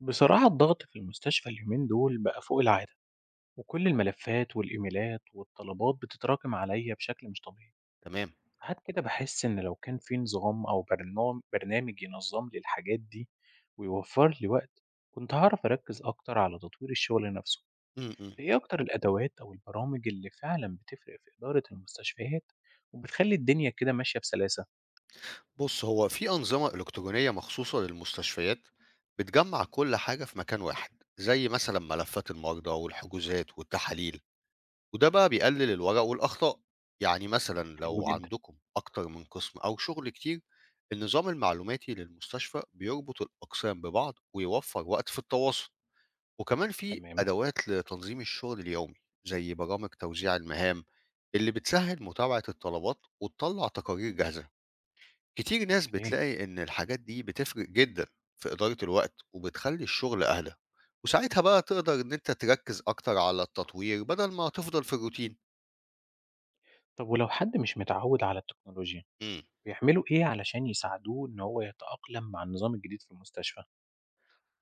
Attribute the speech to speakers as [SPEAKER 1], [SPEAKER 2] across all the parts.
[SPEAKER 1] بصراحة الضغط في المستشفى اليومين دول بقى فوق العادة. وكل الملفات والإيميلات والطلبات بتتراكم عليا بشكل مش طبيعي.
[SPEAKER 2] تمام.
[SPEAKER 1] ساعات كده بحس إن لو كان في نظام أو برنامج ينظم لي الحاجات دي ويوفر لي وقت، كنت هعرف أركز أكتر على تطوير الشغل نفسه.
[SPEAKER 2] امم امم.
[SPEAKER 1] إيه أكتر الأدوات أو البرامج اللي فعلا بتفرق في إدارة المستشفيات وبتخلي الدنيا كده ماشية بسلاسة؟
[SPEAKER 2] بص، هو في أنظمة إلكترونية مخصوصة للمستشفيات بتجمع كل حاجة في مكان واحد زي مثلا ملفات المرضى والحجوزات والتحاليل، وده بقى بيقلل الورق والأخطاء. يعني مثلا
[SPEAKER 1] حلو
[SPEAKER 2] لو
[SPEAKER 1] جدا.
[SPEAKER 2] عندكم أكتر من قسم أو شغل كتير، النظام المعلوماتي للمستشفى بيربط الأقسام ببعض ويوفر وقت في التواصل. وكمان في
[SPEAKER 1] تمام.
[SPEAKER 2] أدوات لتنظيم الشغل اليومي زي برامج توزيع المهام اللي بتسهل متابعة الطلبات وتطلع تقارير جاهزة. كتير ناس
[SPEAKER 1] أوكي.
[SPEAKER 2] بتلاقي إن الحاجات دي بتفرق جدًا في إدارة الوقت، وبتخلّي الشغل أهدى، وساعتها بقى تقدر إن أنت تركّز أكتر على التطوير بدل ما تفضل في الروتين.
[SPEAKER 1] طب ولو حد مش متعود على التكنولوجيا،
[SPEAKER 2] إمم.
[SPEAKER 1] بيعملوا إيه علشان يساعدوه إن هو يتأقلم مع النظام الجديد في المستشفى؟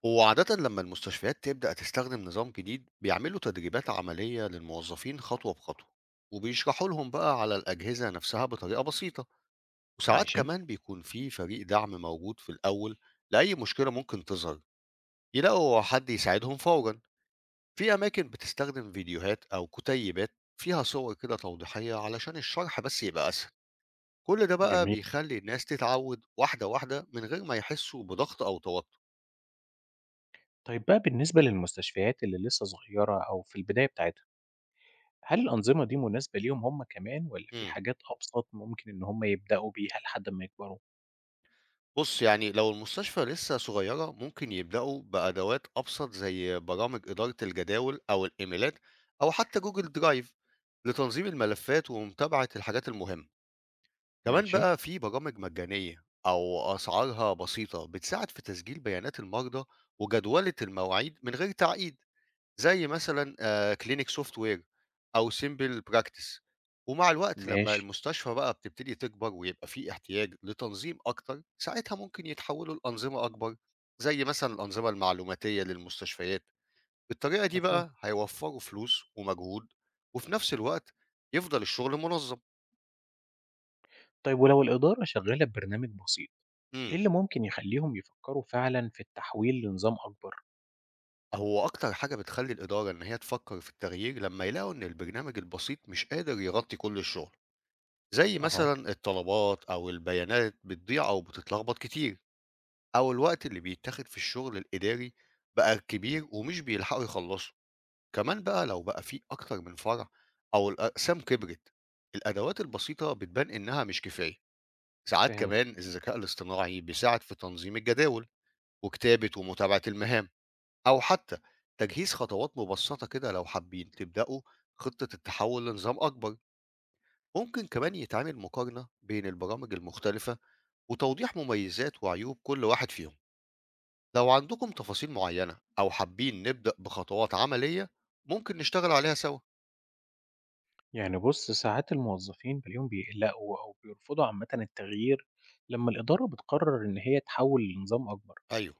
[SPEAKER 2] هو عادةً لمّا المستشفيات تبدأ تستخدم نظام جديد، بيعملوا تدريبات عملية للموظفين خطوة بخطوة، وبيشرحوا لهم بقى على الأجهزة نفسها بطريقة بسيطة، وساعات
[SPEAKER 1] ماشي.
[SPEAKER 2] كمان بيكون في فريق دعم موجود في الأول لأي مشكلة ممكن تظهر، يلاقوا حد يساعدهم فورًا. في أماكن بتستخدم فيديوهات أو كتيبات فيها صور كده توضيحية علشان الشرح بس يبقى أسهل. كل ده بقى
[SPEAKER 1] جميل.
[SPEAKER 2] بيخلي الناس تتعود واحدة واحدة من غير ما يحسوا بضغط أو توتر.
[SPEAKER 1] طيب بقى بالنسبة للمستشفيات اللي لسه صغيرة أو في البداية بتاعتها، هل الأنظمة دي مناسبة ليهم هم كمان ولا في
[SPEAKER 2] امم
[SPEAKER 1] حاجات أبسط ممكن إن هم يبدأوا بيها لحد ما يكبروا؟
[SPEAKER 2] بص، يعني لو المستشفى لسه صغيرة ممكن يبدأوا بأدوات أبسط زي برامج إدارة الجداول أو الإيميلات أو حتى جوجل درايف لتنظيم الملفات ومتابعة الحاجات المهمة. كمان
[SPEAKER 1] ماشي.
[SPEAKER 2] بقى في برامج مجانية أو أسعارها بسيطة بتساعد في تسجيل بيانات المرضى وجدولة المواعيد من غير تعقيد، زي مثلا كلينيك سوفت وير أو سيمبل براكتس. ومع الوقت لما
[SPEAKER 1] ماشي.
[SPEAKER 2] المستشفى بقى بتبتدي تكبر ويبقى في احتياج لتنظيم أكتر، ساعتها ممكن يتحولوا لأنظمة أكبر زي مثلا الأنظمة المعلوماتية للمستشفيات. بالطريقة دي
[SPEAKER 1] مفهوم.
[SPEAKER 2] بقى هيوفروا فلوس ومجهود، وفي نفس الوقت يفضل الشغل منظم.
[SPEAKER 1] طيب ولو الإدارة شغالة ببرنامج بسيط، إيه
[SPEAKER 2] مم.
[SPEAKER 1] اللي ممكن يخليهم يفكروا فعلا في التحويل لنظام أكبر؟
[SPEAKER 2] هو أكتر حاجة بتخلّي الإدارة إن هي تفكّر في التغيير لمّا يلاقوا إن البرنامج البسيط مش قادر يغطي كل الشغل، زي
[SPEAKER 1] أها.
[SPEAKER 2] مثلًا الطلبات أو البيانات بتضيع أو بتتلخبط كتير، أو الوقت اللي بيتاخد في الشغل الإداري بقى كبير ومش بيلحقوا يخلّصوا، كمان بقى لو بقى في أكتر من فرع أو الأقسام كبرت، الأدوات البسيطة بتبان إنها مش كفاية، ساعات
[SPEAKER 1] فهمت.
[SPEAKER 2] كمان الذكاء الاصطناعي بيساعد في تنظيم الجداول وكتابة ومتابعة المهام. أو حتى تجهيز خطوات مبسطة كده لو حابين تبدأوا خطة التحول لنظام أكبر. ممكن كمان يتعمل مقارنة بين البرامج المختلفة وتوضيح مميزات وعيوب كل واحد فيهم. لو عندكم تفاصيل معينة أو حابين نبدأ بخطوات عملية ممكن نشتغل عليها سوا.
[SPEAKER 1] يعني بُص، ساعات الموظفين بتلاقيهم بيقلقوا أو بيرفضوا عامةً التغيير لمّا الإدارة بتقرر إن هي تحوّل لنظام أكبر،
[SPEAKER 2] أيوه.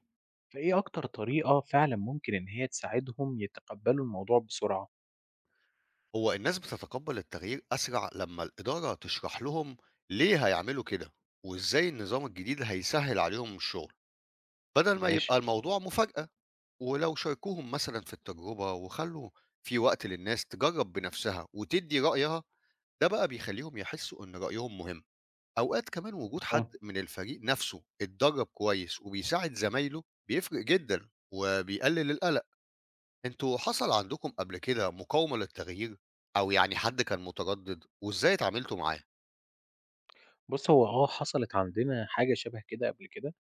[SPEAKER 1] فإيه أكتر طريقة فعلًا ممكن إن هي تساعدهم يتقبّلوا الموضوع بسرعة؟
[SPEAKER 2] هو الناس بتتقبل التغيير أسرع لما الإدارة تشرح لهم ليه هيعملوا كده وإزاي النظام الجديد هيسهل عليهم الشغل، بدل ما
[SPEAKER 1] ماشي.
[SPEAKER 2] يبقى الموضوع مفاجأة. ولو شاركوهم مثلًا في التجربة وخلّوا في وقت للناس تجرّب بنفسها وتدّي رأيها، ده بقى بيخلّيهم يحسّوا إن رأيهم مهم. أوقات كمان وجود
[SPEAKER 1] مفهوم.
[SPEAKER 2] حد من الفريق نفسه اتدرّب كويس وبيساعد زمايله بيفرق جدًا وبيقلل القلق. أنتم حصل عندكم قبل كده مقاومة للتغيير؟ أو يعني حد كان متردد وإزاي اتعاملتوا معاه؟
[SPEAKER 1] بُص، هو آه حصلت عندنا حاجة شبه كده قبل كده.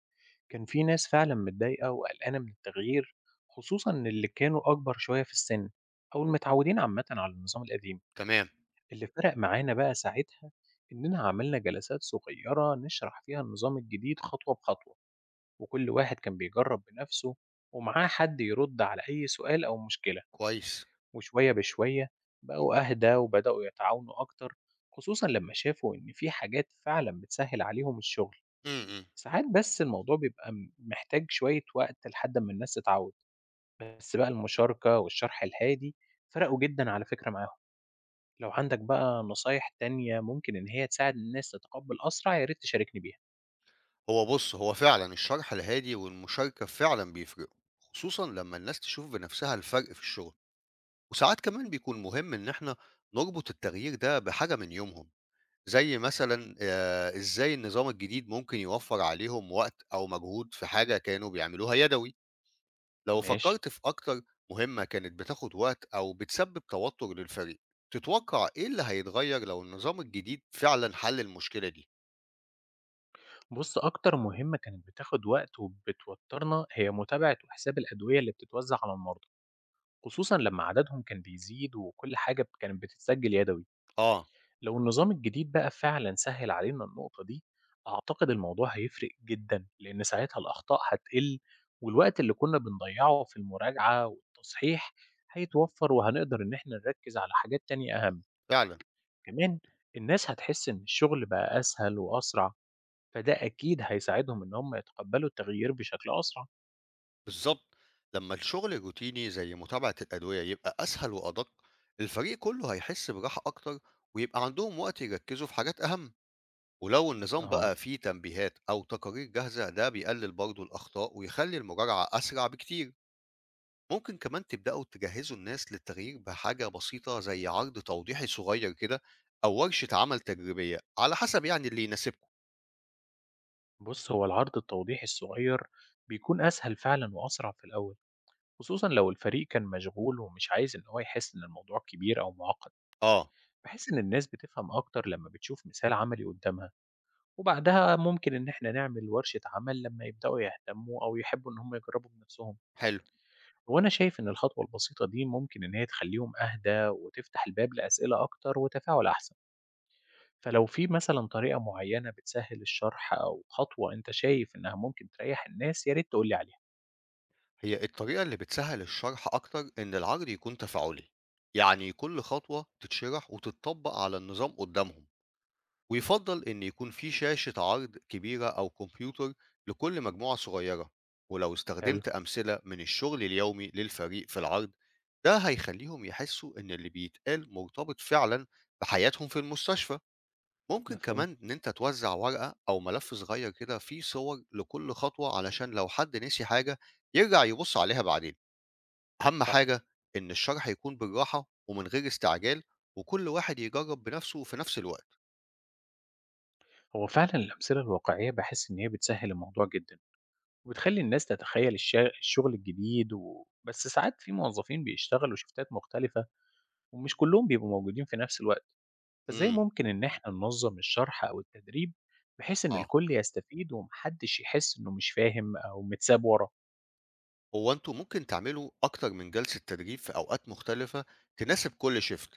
[SPEAKER 1] كان في ناس فعلًا متضايقة وقلقانة من التغيير، خصوصًا اللي كانوا أكبر شوية في السِن أو المتعوّدين عامةً على النظام القديم.
[SPEAKER 2] تمام،
[SPEAKER 1] اللي فرق معانا بقى ساعتها إننا عملنا جلسات صغيرة نشرح فيها النظام الجديد خطوة بخطوة، وكل واحد كان بيجرب بنفسه ومعاه حد يرد على أي سؤال أو مشكلة.
[SPEAKER 2] كويس.
[SPEAKER 1] وشوية بشوية بقوا أهدى وبدأوا يتعاونوا أكتر، خصوصا لما شافوا إن في حاجات فعلا بتسهل عليهم الشغل.
[SPEAKER 2] إمم، إمم.
[SPEAKER 1] ساعات بس الموضوع بيبقى محتاج شوية وقت لحد ما الناس تتعود، بس بقى المشاركة والشرح الهادي فرقوا جدا على فكرة معاهم. لو عندك بقى نصايح تانية ممكن إن هي تساعد الناس تتقبل أسرع يا ريت تشاركني بيها.
[SPEAKER 2] هو بُص، هو فعلًا الشرح الهادي والمشاركة فعلًا بيفرقوا، خصوصًا لمّا الناس تشوف بنفسها الفرق في الشغل. وساعات كمان بيكون مهم إن إحنا نربط التغيير ده بحاجة من يومهم، زي مثلًا إزاي النظام الجديد ممكن يوفّر عليهم وقت أو مجهود في حاجة كانوا بيعملوها يدوي. لو
[SPEAKER 1] ماشي.
[SPEAKER 2] فكّرت في أكتر مهمة كانت بتاخد وقت أو بتسبب توتر للفريق، تتوقع إيه اللي هيتغيّر لو النظام الجديد فعلًا حل المشكلة دي؟
[SPEAKER 1] بص أكتر مهمة كانت بتاخد وقت وبتوترنا هي متابعة وحساب الأدوية اللي بتتوزع على المرضى، خصوصا لما عددهم كان بيزيد وكل حاجة كانت بتتسجل يدوي.
[SPEAKER 2] آه،
[SPEAKER 1] لو النظام الجديد بقى فعلا سهل علينا النقطة دي، أعتقد الموضوع هيفرق جدا، لأن ساعتها الأخطاء هتقل والوقت اللي كنا بنضيعه في المراجعة والتصحيح هيتوفر وهنقدر إن احنا نركز على حاجات تانية أهم.
[SPEAKER 2] فعلًا.
[SPEAKER 1] كمان الناس هتحس إن الشغل بقى أسهل وأسرع، فده أكيد هيساعدهم إن هم يتقبلوا التغيير بشكل أسرع.
[SPEAKER 2] بالضبط. لمّا الشغل روتيني زي متابعة الأدوية يبقى أسهل وأدق، الفريق كله هيحس براحة أكتر ويبقى عندهم وقت يركّزوا في حاجات أهم، ولو النظام
[SPEAKER 1] أها.
[SPEAKER 2] بقى فيه تنبيهات أو تقارير جاهزة ده بيقلل برضه الأخطاء ويخلّي المراجعة أسرع بكتير. ممكن كمان تبدأوا تجهّزوا الناس للتغيير بحاجة بسيطة زي عرض توضيحي صغير كده أو ورشة عمل تجريبية، على حسب يعني اللي يناسبكم.
[SPEAKER 1] بص هو العرض التوضيحي الصغير بيكون أسهل فعلا وأسرع في الأول، خصوصا لو الفريق كان مشغول ومش عايز إن هو يحس إن الموضوع كبير أو معقد،
[SPEAKER 2] آه،
[SPEAKER 1] بحيث إن الناس بتفهم أكتر لما بتشوف مثال عملي قدامها. وبعدها ممكن إن إحنا نعمل ورشة عمل لما يبدأوا يهتموا أو يحبوا إن هم يجربوا بنفسهم.
[SPEAKER 2] حلو.
[SPEAKER 1] هو أنا شايف إن الخطوة البسيطة دي ممكن إن هي تخليهم أهدى وتفتح الباب لأسئلة أكتر وتفاعل أحسن، فلو في مثلا طريقة معينة بتسهل الشرح أو خطوة أنت شايف إنها ممكن تريح الناس يا ريت تقولي عليها.
[SPEAKER 2] هي الطريقة اللي بتسهّل الشرح أكتر إن العرض يكون تفاعلي، يعني كل خطوة تتشرح وتتطبّق على النظام قدّامهم، ويُفضّل إن يكون في شاشة عرض كبيرة أو كمبيوتر لكل مجموعة صغيرة. ولو
[SPEAKER 1] حلو.
[SPEAKER 2] استخدمت أمثلة من الشغل اليومي للفريق في العرض، ده هيخلّيهم يحسّوا إن اللي بيتقال مرتبط فعلًا بحياتهم في المستشفى. ممكن
[SPEAKER 1] مفهوم.
[SPEAKER 2] كمان إن أنت توزّع ورقة أو ملف صغير كده فيه صور لكل خطوة، علشان لو حد نسي حاجة يرجع يبُص عليها بعدين. أهم
[SPEAKER 1] صح.
[SPEAKER 2] حاجة إن الشرح يكون بالراحة ومن غير استعجال، وكل واحد يجرب بنفسه في نفس الوقت.
[SPEAKER 1] هو فعلا الأمثلة الواقعية بحس إن هي بتسهل الموضوع جدا وبتخلي الناس تتخيل الشغل الجديد. بس ساعات في موظفين بيشتغلوا شفتات مختلفة ومش كلهم بيبقوا موجودين في نفس الوقت. فازاي
[SPEAKER 2] امم
[SPEAKER 1] ممكن إن إحنا ننظم الشرح أو التدريب بحيث إن
[SPEAKER 2] آه
[SPEAKER 1] الكل يستفيد ومحدش يحس إنه مش فاهم أو متساب ورا؟
[SPEAKER 2] هو أنتوا ممكن تعملوا أكتر من جلسة تدريب في أوقات مختلفة تناسب كل شيفت،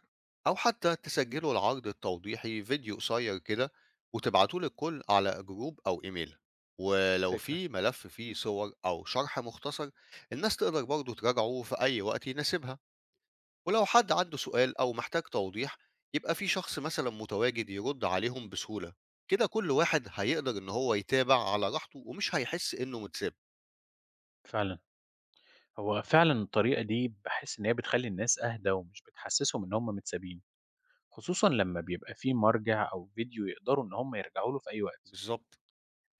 [SPEAKER 2] أو حتى تسجلوا العرض التوضيحي فيديو قصير كده وتبعتوه للكل على جروب أو إيميل. ولو
[SPEAKER 1] فكرة.
[SPEAKER 2] في ملف فيه صور أو شرح مختصر، الناس تقدر برضه تراجعه في أي وقت يناسبها. ولو حد عنده سؤال أو محتاج توضيح، يبقى في شخص مثلا متواجد يرد عليهم بسهولة. كده كل واحد هيقدر إن هو يتابع على راحته ومش هيحس إنه متساب.
[SPEAKER 1] فعلا. هو فعلا الطريقة دي بحس إن هي بتخلي الناس أهدى ومش بتحسسهم إن هم متسابين، خصوصا لما بيبقى فيه مرجع أو فيديو يقدروا إن هم يرجعوا له في أي وقت.
[SPEAKER 2] بالظبط.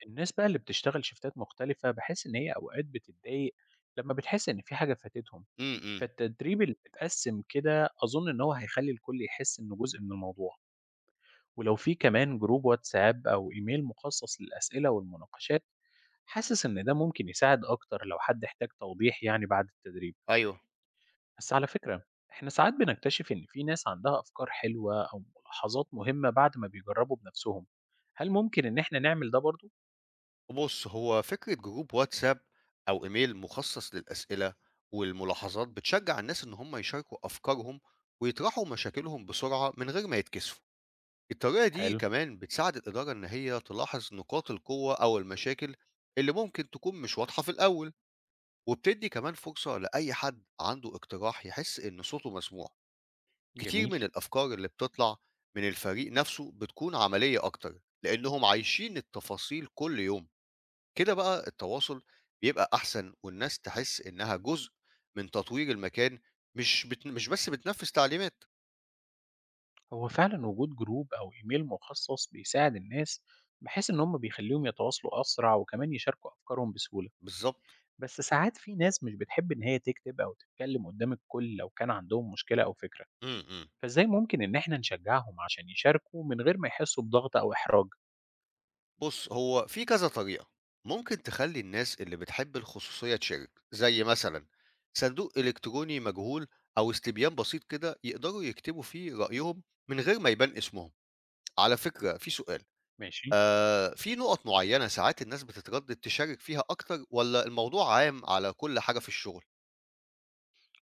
[SPEAKER 1] الناس بقى اللي بتشتغل شفتات مختلفة بحس إن هي أوقات بتتضايق لما بتحس إن في حاجة فاتتهم.
[SPEAKER 2] امم
[SPEAKER 1] فالتدريب اللي بيتقسم كده أظن إن هو هيخلي الكل يحس إنه جزء من الموضوع. ولو في كمان جروب واتساب أو إيميل مخصص للأسئلة والمناقشات، حاسس إن ده ممكن يساعد أكتر لو حد احتاج توضيح يعني بعد التدريب.
[SPEAKER 2] ايوه،
[SPEAKER 1] بس على فكرة، إحنا ساعات بنكتشف إن في ناس عندها أفكار حلوة أو ملاحظات مهمة بعد ما بيجربوا بنفسهم، هل ممكن إن إحنا نعمل ده برضو؟
[SPEAKER 2] بص، هو فكرة جروب واتساب أو إيميل مخصص للأسئلة والملاحظات بتشجع الناس إن هم يشاركوا أفكارهم ويطرحوا مشاكلهم بسرعة من غير ما يتكسفوا. الطريقة دي
[SPEAKER 1] حلو.
[SPEAKER 2] كمان بتساعد الإدارة إن هي تلاحظ نقاط القوة أو المشاكل اللي ممكن تكون مش واضحة في الأول، وبتدّي كمان فرصة لأي حد عنده اقتراح يحس إن صوته مسموع. كتير
[SPEAKER 1] جميل.
[SPEAKER 2] من الأفكار اللي بتطلع من الفريق نفسه بتكون عملية أكتر، لإنهم عايشين التفاصيل كل يوم. كده بقى التواصل بيبقى أحسن والناس تحس إنها جزء من تطوير المكان، مش بس بتنفذ تعليمات.
[SPEAKER 1] هو فعلا وجود جروب أو إيميل مخصص بيساعد الناس بحيث إن هم بيخليهم يتواصلوا أسرع وكمان يشاركوا أفكارهم بسهولة.
[SPEAKER 2] بالضبط.
[SPEAKER 1] بس ساعات في ناس مش بتحب إن هي تكتب أو تتكلم قدام الكل لو كان عندهم مشكلة أو فكرة،
[SPEAKER 2] إمم، إمم.
[SPEAKER 1] فإزاي ممكن إن إحنا نشجعهم عشان يشاركوا من غير ما يحسوا بضغط أو إحراج؟
[SPEAKER 2] بُص، هو في كذا طريقة، ممكن تخلّي الناس اللي بتحب الخصوصية تشارك، زي مثلًا صندوق إلكتروني مجهول أو استبيان بسيط كده يقدروا يكتبوا فيه رأيهم من غير ما يبان اسمهم. على فكرة في سؤال،
[SPEAKER 1] ماشي.
[SPEAKER 2] في نُقط معيّنة ساعات الناس بتتردد تشارك فيها أكتر والّا الموضوع عام على كل حاجة في الشغل؟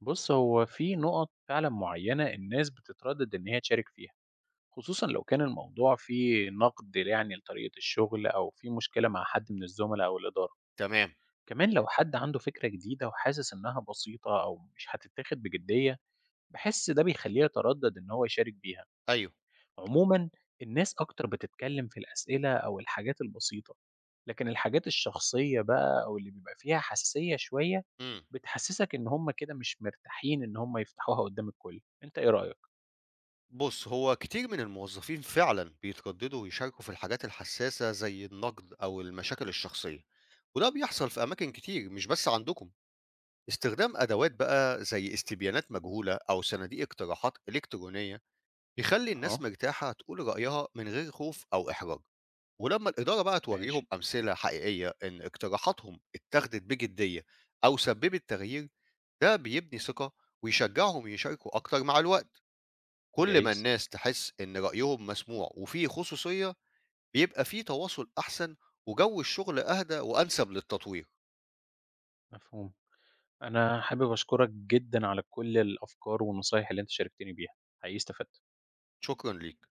[SPEAKER 1] بص هو في نقط فعلا معينة الناس بتتردد إن هي تشارك فيها، خصوصا لو كان الموضوع فيه نقد يعني لطريقة الشغل أو في مشكلة مع حد من الزملاء أو الإدارة.
[SPEAKER 2] تمام،
[SPEAKER 1] كمان لو حد عنده فكرة جديدة وحاسس إنها بسيطة أو مش هتتاخد بجدية، بحس ده بيخليه يتردد إن هو يشارك بيها.
[SPEAKER 2] أيوه،
[SPEAKER 1] عمومًا الناس أكتر بتتكلّم في الأسئلة أو الحاجات البسيطة، لكن الحاجات الشخصية بقى أو اللي بيبقى فيها حساسية شوية،
[SPEAKER 2] إمم.
[SPEAKER 1] بتحسّسك إن هم كده مش مرتاحين إن هم يفتحوها قدّام الكل، أنت إيه رأيك؟
[SPEAKER 2] بُص، هو كتير من الموظفين فعلًا بيترددوا يشاركوا في الحاجات الحساسة زي النقد أو المشاكل الشخصية، وده بيحصل في أماكن كتير مش بس عندكم. استخدام أدوات بقى زي استبيانات مجهولة أو صناديق اقتراحات إلكترونية بيخلي الناس
[SPEAKER 1] أها،
[SPEAKER 2] مرتاحة تقول رأيها من غير خوف أو إحراج. ولما الإدارة بقى
[SPEAKER 1] ماشي،
[SPEAKER 2] توريهم أمثلة حقيقية إن اقتراحاتهم اتاخدت بجدية أو سببت تغيير، ده بيبني ثقة ويشجعهم يشاركوا أكتر مع الوقت. كل ما
[SPEAKER 1] جايز،
[SPEAKER 2] الناس تحس إن رأيهم مسموع وفيه خصوصية، بيبقى فيه تواصل أحسن وجو الشغل أهدى وأنسب للتطوير.
[SPEAKER 1] مفهوم. أنا حابب أشكرك جدًا على كل الأفكار والنصايح اللي أنت شاركتني بيها، حقيقي استفدت.
[SPEAKER 2] شكرًا ليك.